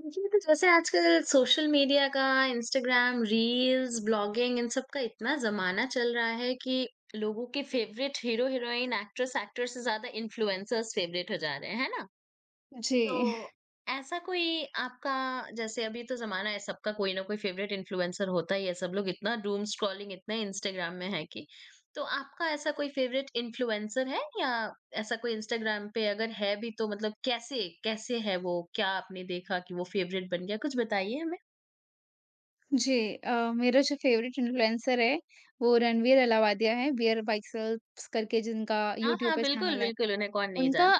देखिए तो जैसे आजकल सोशल मीडिया का इंस्टाग्राम रील्स ब्लॉगिंग इन सब का इतना जमाना चल रहा है कि लोगों के favourite hero heroine actress actor से ज्यादा इन्फ्लुएंसर्स फेवरेट हो जा रहे हैं, है ना? तो जी, ऐसा कोई आपका, जैसे अभी तो ज़माना है सबका कोई ना कोई फ़ेवरेट इन्फ्लुएंसर होता ही है, सब लोग इतना डूम स्क्रॉलिंग, इतना इंस्टाग्राम में है कि। तो आपका ऐसा कोई फ़ेवरेट इन्फ्लुएंसर है, या ऐसा कोई इंस्टाग्राम पे अगर है भी तो मतलब कैसे कैसे है वो? क्या आपने देखा कि वो फ़ेवरेट बन गया? कुछ बताइए हमें। मेरा जो फ़ेवरेट इन्फ्लुएंसर है, वो रणवीर अलावादिया है, बियर बाइसेप्स करके जिनका हाँ, यूट्यूब हाँ, पे बिल्कुल, चैनल है। बिल्कुल, उन्हें कौन नहीं उनका जानता।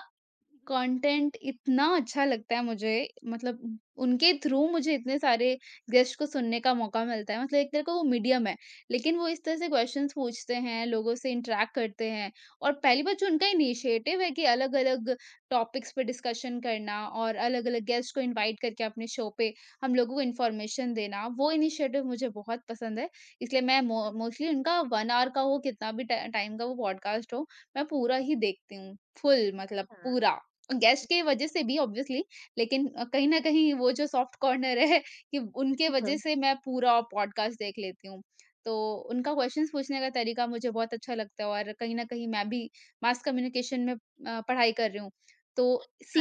कंटेंट इतना अच्छा लगता है मुझे मतलब उनके थ्रू मुझे इतने सारे गेस्ट को सुनने का मौका मिलता है, मतलब एक तरह का वो मीडियम है। लेकिन वो इस तरह से क्वेश्चंस पूछते हैं, लोगों से इंटरेक्ट करते हैं। और पहली बात जो उनका इनिशिएटिव है कि अलग अलग टॉपिक्स पे डिस्कशन करना और अलग अलग गेस्ट को इनवाइट करके अपने शो पे हम लोगों को इन्फॉर्मेशन देना, वो इनिशिएटिव मुझे बहुत पसंद है। इसलिए मैं मोस्टली उनका वन आवर का हो, कितना भी टाइम का वो पॉडकास्ट हो, मैं पूरा ही देखती हूँ, फुल मतलब हाँ, पूरा। गेस्ट के वज़ह से भी ऑब्वियसली, लेकिन कहीं न कहीं वो जो सॉफ्ट कॉर्नर है कि उनके वज़ह से मैं पूरा पॉडकास्ट देख लेती हूँ। तो उनका क्वेश्चन्स पूछने का तरीका मुझे बहुत अच्छा लगता है और कहीं न कहीं मैं भी मास कम्युनिकेशन में पढ़ाई कर रही हूँ। तो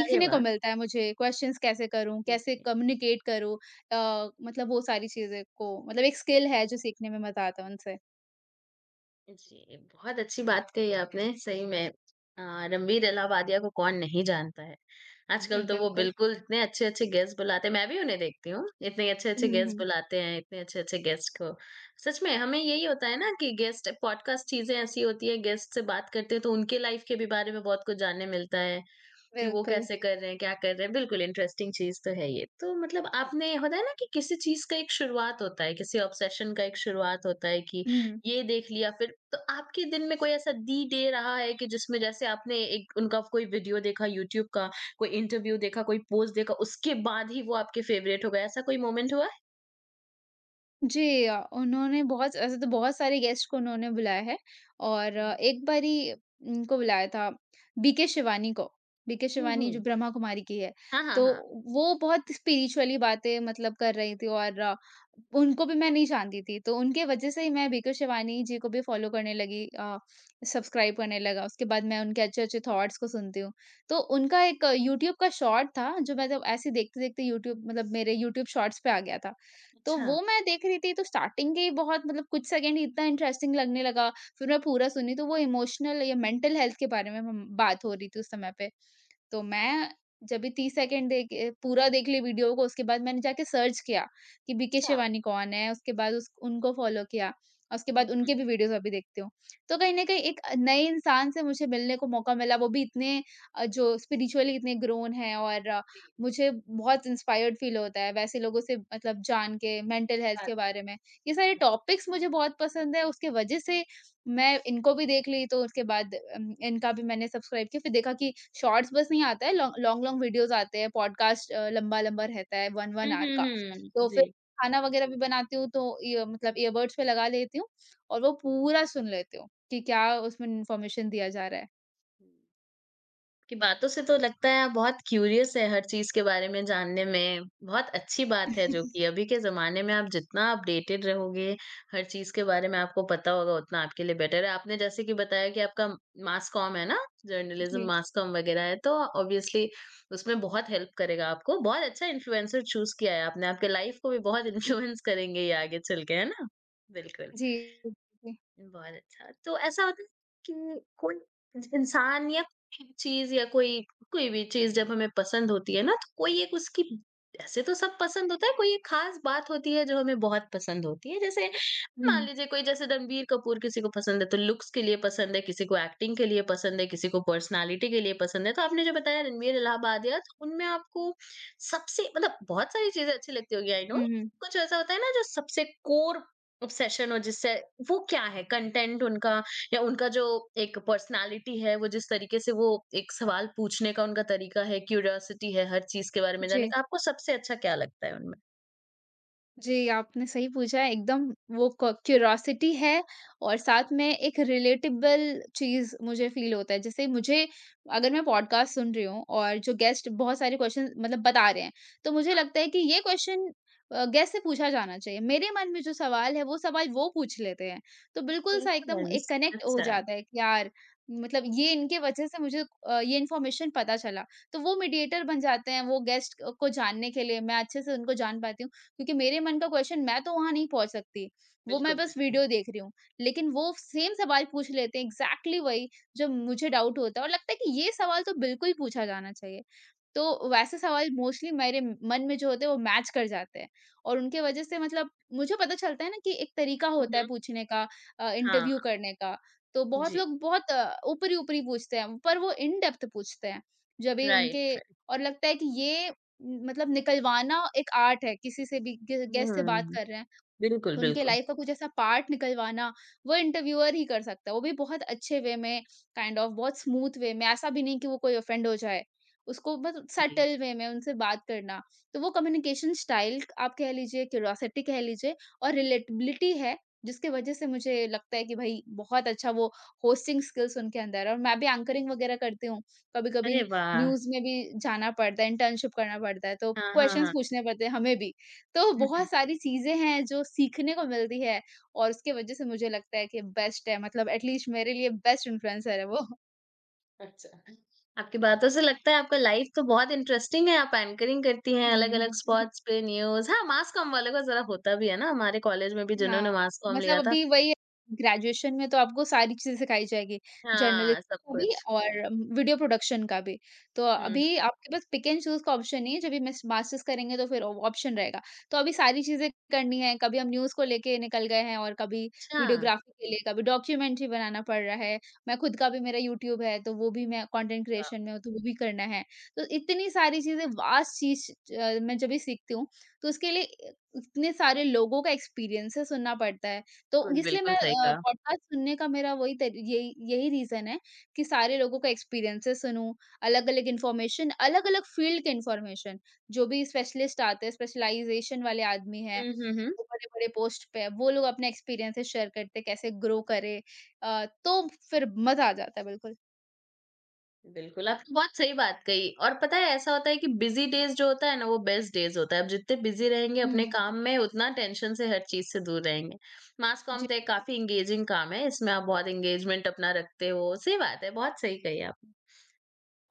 अरे को वाह! मिलता है मुझे, क्वेश्चन्स कैसे करूँ, कैसे जी। कम्युनिकेट करूँ, मतलब वो सारी चीज़ें को मतलब एक स्किल है जो सीखने में मज़ा आता है उनसे। जी, बहुत अच्छी बात कही आपने सही में। अ, रणवीर इलाहाबादिया को कौन नहीं जानता है। आजकल हुँ, तो वो बिल्कुल। बिल्कुल इतने अच्छे-अच्छे गेस्ट बुलाते हैं, मैं भी उन्हें देखती हूँ, इतने हुँ, अच्छे-अच्छे गेस्ट हुँ। बुलाते हैं, इतने अच्छे-अच्छे गेस्ट को। सच में हमें यही होता है ना कि गेस्ट पॉडकास्ट चीज़ें ऐसी होती है, गेस्ट से बात करते हैं तो उनके लाइफ़ के भी बारे में बहुत कुछ जानने मिलता है। कि वो बिल्कुल। कैसे कर रहे हैं, क्या कर रहे हैं, बिल्कुल इंटरेस्टिंग चीज़ तो है ये। तो मतलब आपने, होता है ना कि किसी चीज़ का एक शुरुआत होता है, किसी ऑब्सेशन का एक शुरुआत होता है कि हुँ। ये देख लिया, फिर तो आपके दिन में कोई ऐसा दी डे रहा है कि जिसमें जैसे आपने एक उनका कोई वीडियो देखा यूट्यूब का, कोई इंटरव्यू देखा, कोई पोस्ट देखा, उसके बाद ही वो आपके फेवरेट हो गया, ऐसा कोई मोमेंट हुआ है? उन्होंने बहुत ऐसे तो बहुत सारे गेस्ट को उन्होंने बुलाया है और हुँ, हुँ। एक बारी इनको बुलाया था बीके शिवानी को। बीके हुँ, शिवानी जो हुँ। ब्रह्मा कुमारी की है, हाँ, हाँ, तो हाँ। वो बहुत स्पिरिचुअली बातें मतलब कर रही थी। और उनको भी मैं नहीं जानती थी, तो उनके वजह से ही मैं बीके शिवानी जी को भी फॉलो करने लगी, सब्सक्राइब करने लगा। उसके बाद मैं उनके अच्छे-अच्छे थॉट्स को सुनती हूँ। तो उनका एक यूट्यूब का शॉर्ट था, जो मैं जब ऐसे ही देखते-देखते यूट्यूब मतलब मेरे यूट्यूब शॉर्ट्स पे आ गया था। तो अच्छा, वो मैं देख रही थी तो स्टार्टिंग के ही बहुत मतलब कुछ सेकंड ही इतना इंटरेस्टिंग लगने लगा। फिर मैं पूरा सुनी तो वो इमोशनल या मेंटल हेल्थ के बारे में म बात हो रही थी उस समय पे। तो मैं जब भी 30 सेकंड देख के पूरा देख ली वीडियो को, उसके बाद मैंने जाके सर्च किया कि बीके अच्छा। शिवानी कौन है। उसके बाद उस उनको फ़ॉलो किया और उसके बाद हुँ, हुँ। उनके भी वीडियोज़ अभी देखती हूँ। तो कहीं न कहीं एक नए इंसान से मुझे मिलने को मौका मिला, वो भी इतने जो स्पिरिचुअली इतने ग्रोन हैं। और जी। मुझे बहुत इंस्पायर्ड फ़ील होता है वैसे लोगों से मतलब जान के मेंटल हेल्थ बात। के बारे में। ये सारे टॉपिक्स मुझे बहुत पसंद है, उसके वजह से मैं इनको भी देख ली। तो उसके बाद इनका भी मैंने सब्सक्राइब किया, फिर देखा कि शॉर्ट्स बस नहीं आता है, लॉन्ग लॉन्ग लॉन्ग वीडियोस आते हैं, पॉडकास्ट लंबा-लंबा रहता है 1 हुँ, आवर हुँ, का। हुँ। तो फिर जी। खाना वगैरह भी बनाती हूँ तो ये मतलब ईयरबड्स पे लगा लेती हूँ और वो पूरा सुन लेती हूँ कि क्या उसमें इन्फॉर्मेशन दिया जा रहा है। आपकी बातों से तो लगता है आप बहुत क्यूरियस है हर चीज के बारे में जानने में। बहुत अच्छी बात है जो कि अभी के ज़माने में आप जितना अपडेटेड रहोगे, हर चीज़ के बारे में आपको पता होगा उतना आपके लिए बेटर है। आपने जैसे कि बताया कि आपका मास कॉम है ना? जर्नलिज्म जी। मास कॉम वगैरह है तो ऑब्वियसली उसमें बहुत हेल्प करेगा आपको। बहुत अच्छा इन्फ्लुएंसर चूज़ किया है आपने, आपके लाइफ को भी बहुत इन्फ्लुएंस करेंगे ये आगे चल के, है ना? बिल्कुल। जी, जी। बहुत अच्छा। तो ऐसा होता है कि कोई इंसान या चीज़ या कोई कोई भी चीज़ जब हमें पसंद होती है ना तो कोई एक उसकी, ऐसे तो सब पसंद होता है, कोई एक खास बात होती है जो हमें बहुत पसंद होती है। जैसे हुँ। मान लीजिए कोई, जैसे रणबीर कपूर किसी को पसंद है तो लुक्स के लिए पसंद है, किसी को एक्टिंग के लिए पसंद है, किसी को पर्सनैलिटी के लिए पसंद है। तो आपने जो बताया रणबीर इलाहाबादिया, तो उनमें आपको सबसे मतलब बहुत सारी चीज़ें अच्छी लगती होंगी आई नो। हुँ, हुँ। कुछ ऐसा होता है ना जो सबसे कोर ऑब्सेशन हो, जिससे वो क्या है? कंटेंट उनका, या उनका जो एक पर्सनालिटी है वो, जिस तरीके से वो एक सवाल पूछने का उनका तरीका है, क्यूरियोसिटी है हर चीज के बारे में जी। जानने का, आपको सबसे अच्छा क्या लगता है उनमें? जी, आपने सही पूछा है एकदम। वो क क्यूरियोसिटी है और साथ में एक रिलेटेबल चीज़ मुझे फ़ील होता है। जैसे मुझे, अगर मैं पॉडकास्ट सुन रही हूँ और जो गेस्ट बहुत सारे क्वेश्चन मतलब बता रहे हैं, तो मुझे लगता है कि ये क्वेश्चन गेस्ट से पूछा जाना चाहिए। मेरे मन में जो सवाल है, वो सवाल वो पूछ लेते हैं। तो बिल्कुल सा एकदम रेफरेंस एक कनेक्ट हो अच्छा। जाता है कि यार, मतलब ये इनके वजह से मुझे ये इन्फॉर्मेशन पता चला। तो वो मीडिएटर बन जाते हैं, वो गेस्ट को जानने के लिए मैं अच्छे से उनको जान पाती हूँ। क्योंकि मेरे मन का क्वेश्चन मैं तो वहाँ नहीं पहुँच सकती, वो मैं बिल्कुल, बस बिल्कुल। वीडियो देख रही हूँ। लेकिन वो सेम सवाल पूछ लेते हैं एग्ज़ैक्टली वही, जो मुझे डाउट होता है और लगता है कि ये सवाल तो बिल्कुल पूछा जाना चाहिए। तो वैसे सवाल मोस्टली मेरे मन में जो होते हैं वो मैच कर जाते हैं और उनके वजह से मतलब मुझे पता चलता है ना कि एक तरीका होता है हम्म। पूछने का, हाँ, इंटरव्यू करने का। तो बहुत जी। लोग बहुत ऊपरी-ऊपरी पूछते हैं पर वो इन डेप्थ पूछते हैं। जब भी उनके राइट, राइट। और लगता है कि ये मतलब निकलवाना एक आर्ट है, किसी से भी गे गेस्ट से बात हम्म। कर रहे हैं, बिल्कुल, तो उनके बिल्कुल। लाइफ का कुछ ऐसा पार्ट निकलवाना वो इंटरव्यूअर ही कर सकता है। वो भी बहुत अच्छे वे में, काइंड ऑफ बहुत स्मूथ वे में, ऐसा भी नहीं कि वो कोई ऑफेंड हो जाए। उसको बस जी। सटल वे में उनसे बात करना। तो वो कम्युनिकेशन स्टाइल आप कह लीजिए, क्यूरियोसिटी कह लीजिए और रिलेटेबिलिटी है, जिसकी वजह से मुझे लगता है कि भाई बहुत अच्छा वो होस्टिंग स्किल्स उनके अंदर है। और मैं भी एंकरिंग वगैरह करती हूँ, कभी-कभी अरे वाह! न्यूज़ में भी जाना पड़ता है, इंटर्नशिप करना पड़ता है तो हाँ, क्वेश्चंस हाँ, पूछने पड़ते हैं हमें भी। तो हाँ। बहुत सारी चीज़ें हैं जो सीखने को मिलती है और उसके वजह से मुझे लगता है कि बेस्ट है, मतलब एटलीस्ट मेरे लिए बेस्ट इन्फ्लुएंसर है वो। अच्छा। आपकी बातों से लगता है आपका लाइफ तो बहुत इंटरेस्टिंग है, आप एंकरिंग करती हैं हुँ, अलग-अलग हुँ, हुँ। स्पॉट्स पे, न्यूज़, हाँ, मास कॉम वालों का ज़रा होता भी है ना, हमारे कॉलेज में भी जिन्होंने हाँ, मास कॉम मतलब लिया था। अभी वही है, ग्रेजुएशन में तो आपको सारी चीज़ें सिखाई जाएगी, जर्नलिज्म हाँ, सब का भी कुछ। और वीडियो प्रोडक्शन का भी। तो हुँ, हुँ। अभी आपके पास पिक एंड चूज़ का ऑप्शन नहीं है, जब भी मिस मास्टर्स करेंगे तो फिर ऑप्शन रहेगा। तो अभी सारी चीज़ें करनी है, कभी हम न्यूज़ को लेके निकल गए हैं और कभी अच्छा, वीडियोग्राफी के लिए, कभी डॉक्यूमेंट्री बनाना पड़ रहा है। मैं खुद का भी मेरा यूट्यूब है, तो वो भी मैं कंटेंट वाह! क्रिएशन में हूँ, तो वो भी करना है। तो इतनी सारी चीज़ें वास्ट चीज़, मैं जब भी सीखती हूँ, तो उसके लिए इतने सारे लोगों का एक्सपीरियंस है, सुनना पड़ता है। तो बिल्कुल, इसलिए मैं बिल्कुल सही हुँ। कहा। पॉडकास्ट सुनने का मेरा वही तरी यही यही रीज़न है कि सारे लोगों का एक्सपीरियंसेस सुनूँ, अलग-अलग इन्फॉर्मेशन, अलग-अलग फ़ील्ड के इन्फॉर्मेशन, जो भी स्पेशलिस्ट आते हैं, स्पेशलाइज़ेशन वाले आदमी हैं, हुँ, हुँ, हुँ। जो बड़े-बड़े पोस्ट पे हैं, वो लोग अपने एक्सपीरियंसेस शेयर करते हैं, कैसे ग्रो करें, तो फिर मज़ा आ जाता है बिल्कुल। बिल्कुल, आपने बहुत सही बात कही और पता है ऐसा होता है कि बिज़ी डेज़ जो होता है ना वो बेस्ट डेज़ होता है। आप जितने बिज़ी रहेंगे अपने हुँ, काम में उतना टेंशन से हर चीज़ से दूर रहेंगे। मास कॉम जी। तो एक काफ़ी एंगेजिंग काम है, इसमें आप बहुत एंगेजमेंट अपना रखते हो। सही बात है, बहुत सही कही आपने।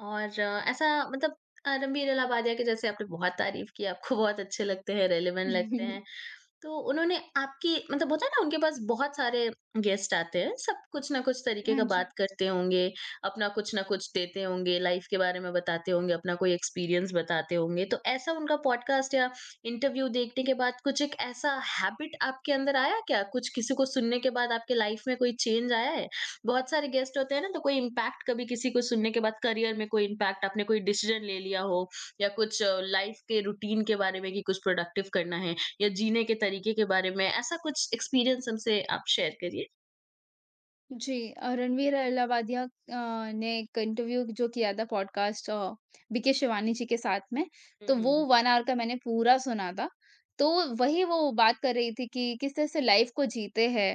और ऐसा मतलब, रणबीर इलाहाबादिया के जैसे, आपने बहुत तारीफ़ की, आपको बहुत अच्छे लगते हैं, रेलेवेंट लगते हैं। तो उन्होंने आपकी मतलब, होता है ना उनके पास बहुत सारे गेस्ट आते हैं, सब कुछ ना कुछ तरीके हाँ का जी। बात करते होंगे, अपना कुछ ना कुछ देते होंगे, लाइफ के बारे में बताते होंगे, अपना कोई एक्सपीरियंस बताते होंगे। तो ऐसा उनका पॉडकास्ट या इंटरव्यू देखने के बाद कुछ एक ऐसा हैबिट आपके अंदर आया क्या? कुछ किसी को सुनने के बाद आपके लाइफ में कोई चेंज आया है? बहुत सारे गेस्ट होते हैं ना, तो कोई इम्पैक्ट, कभी किसी को सुनने के बाद करियर में कोई इम्पैक्ट, आपने कोई डिसीजन ले लिया हो, या कुछ लाइफ के रूटीन के बारे में कि कुछ प्रोडक्टिव करना है, या जीने के तरीके के बारे में, ऐसा कुछ एक्सपीरियंस हमसे आप शेयर करिए। रणवीर अहलावालिया ने एक इंटरव्यू जो किया था पॉडकास्ट, बीके शिवानी जी के साथ में, हुँ, तो वो हुँ, हुँ। वन आवर का मैंने पूरा सुना था। तो वही वो बात कर रही थी कि किस तरह से लाइफ को जीते हैं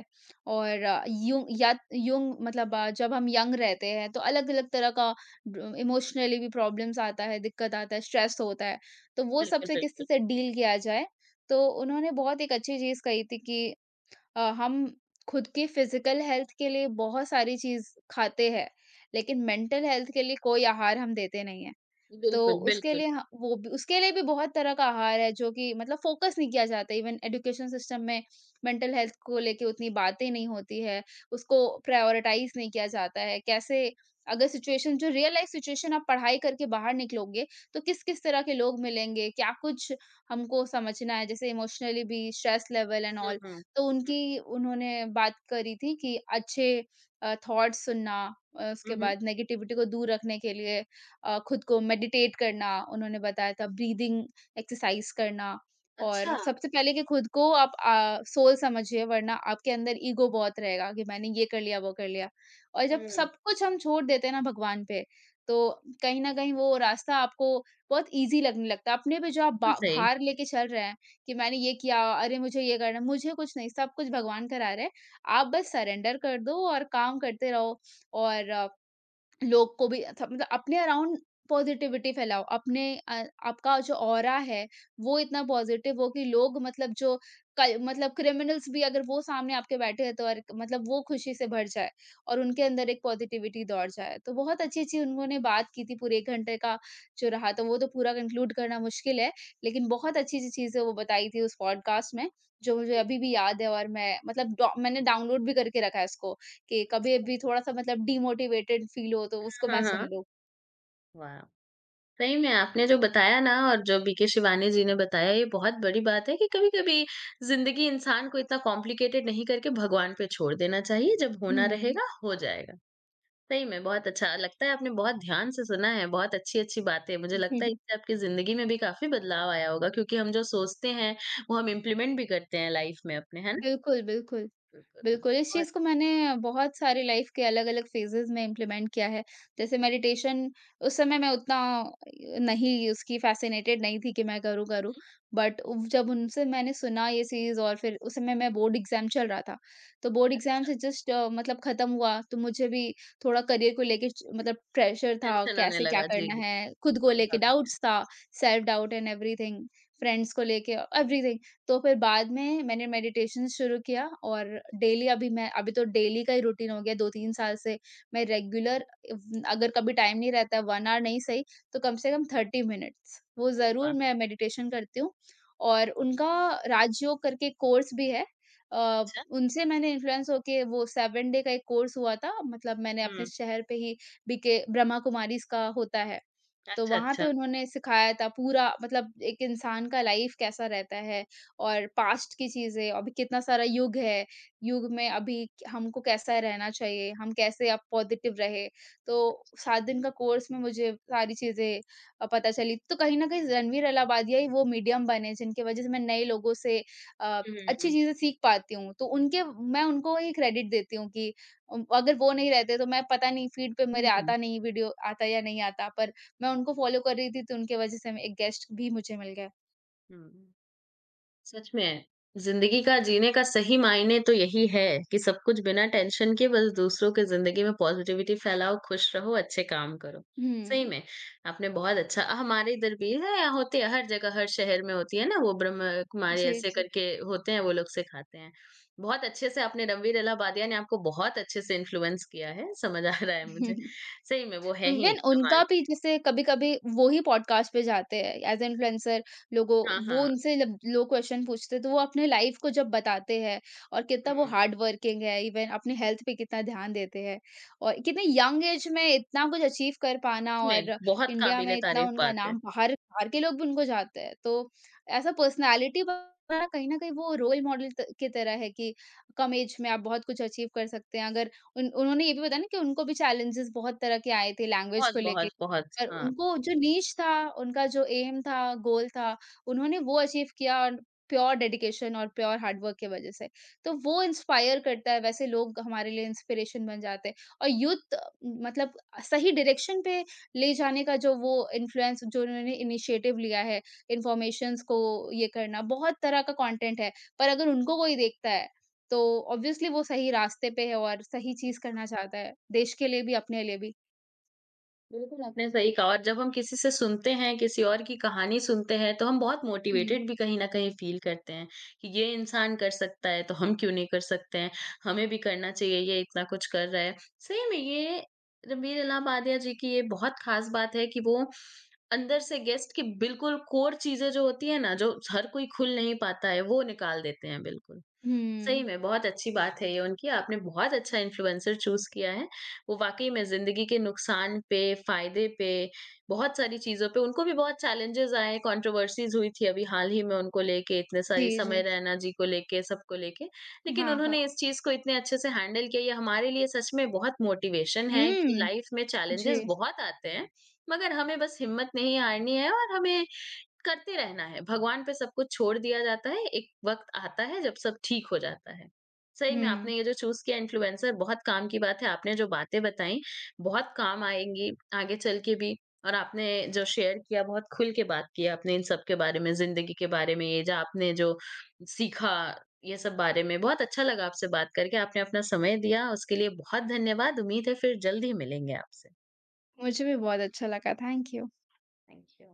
और यू या यंग मतलब जब हम यंग रहते हैं तो अलग अलग तरह का इमोशनली भी प्रॉब्लम्स आता है, दिक्कत आता है, स्ट्रेस होता है, तो वो बिल्कुल, सबसे किस बिल्कुल। तरह से डील किया जाए। तो उन्होंने बहुत एक अच्छी चीज कही थी कि हम खुद की फिजिकल हेल्थ के लिए बहुत सारी चीज खाते हैं, लेकिन मेंटल हेल्थ के लिए कोई आहार हम देते नहीं है। तो बिल्कुल, उसके बिल्कुल। लिए ह वो भी, उसके लिए भी बहुत तरह का आहार है जो कि मतलब फ़ोकस नहीं किया जाता, इवन एजुकेशन सिस्टम में मेंटल हेल्थ को लेके उतनी बातें नहीं होती है, उसको प्रायोरिटाइज़ नहीं किया जाता है। कैसे, अगर सिचुएशन जो रियल लाइफ़ सिचुएशन आप पढ़ाई करके बाहर निकलोगे, तो किस-किस तरह के लोग मिलेंगे, क्या कुछ हमको समझना है, जैसे इमोशनली भी stress level and hmm, all. हुँ। तो उनकी उन्होंने बात करी थी कि अच्छे थॉट्स सुनना, उसके हुँ, हुँ, हुँ। बाद नेगेटिविटी को दूर रखने के लिए खुद को मेडिटेट करना उन्होंने बताया था, ब्रीदिंग एक्सरसाइज़ करना। और अच्छा। सबसे पहले कि खुद को आप सोल समझिए, वरना आपके अंदर ईगो बहुत रहेगा कि मैंने ये कर लिया, वो कर लिया। और जब हुँ। बिल्कुल सब कुछ हम छोड़ देते हैं ना भगवान पे, तो कहीं न कहीं वो रास्ता आपको बहुत ईज़ी लगने लगता है। अपने पे जो आप बा सही। भार लेके चल रहे हैं कि मैंने ये किया, अरे मुझे ये करना है, मुझे कुछ नहीं, सब कुछ भगवान करा रहे हैं। आप बस सरेंडर कर दो और काम करते रहो और लोग को भी अथ मतलब अपने अराउंड पॉजिटिविटी फैलाओ। अपने आपका जो ऑरा है वो इतना पॉजिटिव हो कि लोग मतलब जो मतलब क्रिमिनल्स भी अगर वो सामने आपके बैठे हैं तो और मतलब वो खुशी से भर जाए और उनके अंदर एक पॉजिटिविटी दौड़ जाए। तो बहुत अच्छी अच्छी उन्होंने बात की थी, पूरे एक घंटे का जो रहा तो वो तो पूरा कंक्लूड करना मुश्किल है, लेकिन बहुत अच्छी अच्छी चीजें वो बताई थी उस पॉडकास्ट में, जो मुझे अभी भी याद है। और मैं मतलब मैंने डाउनलोड भी करके रखा है इसको, कि कभी भी थोड़ा-सा मतलब डिमोटिवेटेड फ़ील हो तो उसको हाँ, मैं हाँ, सुन हाँ। लूँ। वाह! सही में आपने जो बताया ना, और जो बीके शिवानी जी ने बताया, ये बहुत बड़ी बात है कि कभी-कभी ज़िंदगी इंसान को इतना कॉम्प्लिकेटेड नहीं करके भगवान पे छोड़ देना चाहिए, जब होना हुँ। रहेगा हो जाएगा। सही में बहुत अच्छा लगता है, आपने बहुत ध्यान से सुना है, बहुत अच्छी-अच्छी बातें, मुझे लगता है इससे आपकी ज़िंदगी में भी काफ़ी बदलाव आया होगा, क्योंकि हम जो सोचते हैं, वो हम इम्प्लीमेंट भी करते हैं लाइफ़ में अपने, है ना? बिल्कुल, बिल्कुल। बिल्कुल, बिल्कुल, इस बिल्कुल। बहुत चीज़ को मैंने बहुत सारे लाइफ़ के अलग-अलग फ़ेजेज़ में इम्प्लीमेंट किया है। जैसे मेडिटेशन, उस समय मैं उतना नहीं उसकी फ़ैसिनेटेड नहीं थी कि मैं करूँ, करूँ। बट उव जब उनसे मैंने सुना ये चीज़, और फिर उस समय मैं बोर्ड एग्ज़ाम चल रहा था। तो बोर्ड एग्ज़ाम अच्छा, से जस्ट मतलब ख़त्म हुआ, तो मुझे भी थोड़ा करियर को लेके च मतलब प्रेशर था, टेंशन होने कैसे क्या लगा, जी, करना है, खुद को लेके स्वाभाविक। डाउट्स था, self doubt and everything, friends को लेके एवरीथिंग। तो फिर बाद में मैंने मेडिटेशन शुरू किया और डेली, अभी मैं अभी तो डेली का ही रूटीन हो गया 2-3 साल से। मैं रेगुलर, अगर कभी टाइम नहीं रहता 1 आवर नहीं सही, तो कम से कम 30 मिनट्स वो अरे ज़रूर वाह! मैं मेडिटेशन करती हूँ। और उनका राजयोग करके कोर्स भी है। अ, अच्छा, उनसे मैंने इन्फ्लुएंस होके, वो 7 डे का एक कोर्स हुआ था, मतलब मैंने अपने हुँ, शहर पे ही, बीके ब्रह्मा कुमारीज़ का होता है। तो अच्छा, वहाँ पे अच्छा। उन्होंने सिखाया था पूरा, मतलब एक इंसान का लाइफ कैसा रहता है और पास्ट की चीजें, अभी कितना सारा युग है, युग में अभी हमको कैसा रहना चाहिए, हम कैसे अब पॉजिटिव रहे। तो सात दिन का कोर्स में मुझे सारी चीजें पता चली। तो कहीं ना कहीं रणवीर अलाहाबादिया ही वो मीडियम बने, जिनकी वजह से मैं नए लोगों से अ, हुँ, हुँ, अच्छी हुँ। चीजें सीख पाती हूँ। तो उनके, मैं उनको ही क्रेडिट देती हूँ कि अगर वो नहीं रहते तो मैं पता नहीं, फीड पे मेरे आता नहीं वीडियो, आता या नहीं आता, पर मैं उनको फ़ॉलो कर रही थी तो उनके वज़ह से मैं एक गेस्ट भी मुझे मिल गया। हुँ, हुँ। सच में, ज़िंदगी का जीने का सही मायने तो यही है कि सब कुछ बिना टेंशन के, बस दूसरों के ज़िंदगी में पॉज़िटिविटी फैलाओ, खुश रहो, अच्छे काम करो। सही हुँ। में, आपने बहुत अच्छा, हमारे इधर भी है, यहाँ होती है हर जगह, हर शहर में होती है ना वो ब्रह्मकुमारी जी, ऐसे जी। करके होते हैं, वो लोग सिखाते हैं। बहुत अच्छे से आपने, रणवीर इलाहाबादिया ने आपको बहुत अच्छे से इन्फ्लुएंस किया है, समझ आ रहा है मुझे। सही में वो है ही इवन उनका कमाल। भी जैसे कभी-कभी वो ही पॉडकास्ट पे जाते हैं एज़ इन्फ्लुएंसर लोगों, हाँ, वो हाँ। उनसे जब लोग क्वेश्चन पूछते हैं, तो वो अपने लाइफ को जब बताते हैं और कितना वो हुँ, हार्ड वर्किंग है, इवन अपने हेल्थ पे कितना ध्यान देते हैं, और कितने यंग एज में इतना कुछ अचीव कर सच पाना, में और बहुत इंडिया में इतना काबिल-ए-तारीफ़ उनका बात है। नाम, बाहर बाहर के लोग भी उनको जानते हैं। तो ऐसा पर्सनैलिटी बनाना, कहीं न कहीं वो रोल मॉडल त की तरह है कि कम एज में आप बहुत कुछ अचीव कर सकते हैं। अगर उन उन्होंने ये भी बताया ना कि उनको भी चैलेंजेस बहुत तरह के आए थे लैंग्वेज को बहुत, लेके। बहुत, बहुत। पर हाँ। उनको जो नीश था, उनका जो एम था, गोल था, उन्होंने वो अचीव किया, और प्योर डेडिकेशन और प्योर हार्ड वर्क की वज़ह से। तो वो इंस्पायर करता है, वैसे लोग हमारे लिए इंस्पिरेशन बन जाते हैं। और यूथ मतलब सही डायरेक्शन पे ले जाने का जो वो इन्फ्लुएंस, जो उन्होंने इनिशिएटिव लिया है, इन्फॉर्मेशंस को ये करना, बहुत तरह का कंटेंट है। पर अगर उनको कोई देखता है तो ऑब्वियसली वो सही रास्ते पे है और सही चीज़ करना चाहता है, देश के लिए भी, अपने लिए भी। बिल्कुल, आपने सही कहा, और जब हम किसी से सुनते हैं, किसी और की कहानी सुनते हैं, तो हम बहुत हुँ, मोटिवेटेड भी कहीं न कहीं फ़ील करते हैं, कि ये इंसान कर सकता है, तो हम क्यों नहीं कर सकते हैं? हमें भी करना चाहिए, ये इतना कुछ कर रहा है। सही में ये रणबीर इलाहाबादिया जी की ये बहुत ख़ास बात है कि वो अंदर से गेस्ट की बिल्कुल कोर चीज़ें जो होती हैं ना, जो हर कोई खुल नहीं पाता है, वो निकाल देते हैं बिल्कुल। सही हुँ। में बहुत अच्छी बात है ये उनकी, आपने बहुत अच्छा इन्फ्लुएंसर चूज़ किया है। वो वाक़ई में ज़िंदगी के नुकसान पे, फ़ायदे पे, बहुत सारी चीज़ों पे, उनको भी बहुत चैलेंजेज़ आए, कंट्रोवर्सीज़ हुई थी अभी हाल ही में उनको लेके, इतने जी, सारी, समय जी। रैना जी को लेके, सबको लेके। लेकिन हाँ, हाँ। उन्होंने इस चीज़ को इतने अच्छे से हैंडल किया, ये हमारे लिए सच में बहुत मोटिवेशन है कि हुँ, लाइफ़ में चैलेंजेज़ जी, बहुत आते हैं, मगर हमें बस हिम्मत नहीं हारनी है, और हमें करते रहना है, भगवान पे सब कुछ छोड़ दिया जाता है, एक वक़्त आता है जब सब ठीक हो जाता है। सही में हुँ। आपने ये जो चूज़ किया इन्फ्लुएंसर, बहुत काम की बात है, आपने जो बातें बताई बहुत काम आएँगी आगे चल के भी, और आपने जो शेयर किया, बहुत खुल के बात की आपने इन सब के बारे में, ज़िंदगी के बारे में, ये जो आपने जो सीखा ये सब बारे में, बहुत अच्छा लगा आपसे बात करके, आपने अपना समय दिया उसके लिए बहुत धन्यवाद। उम्मीद है फिर जल्द ही मिलेंगे आपसे। मुझे भी बहुत अच्छा लगा, थैंक यू। Thank you.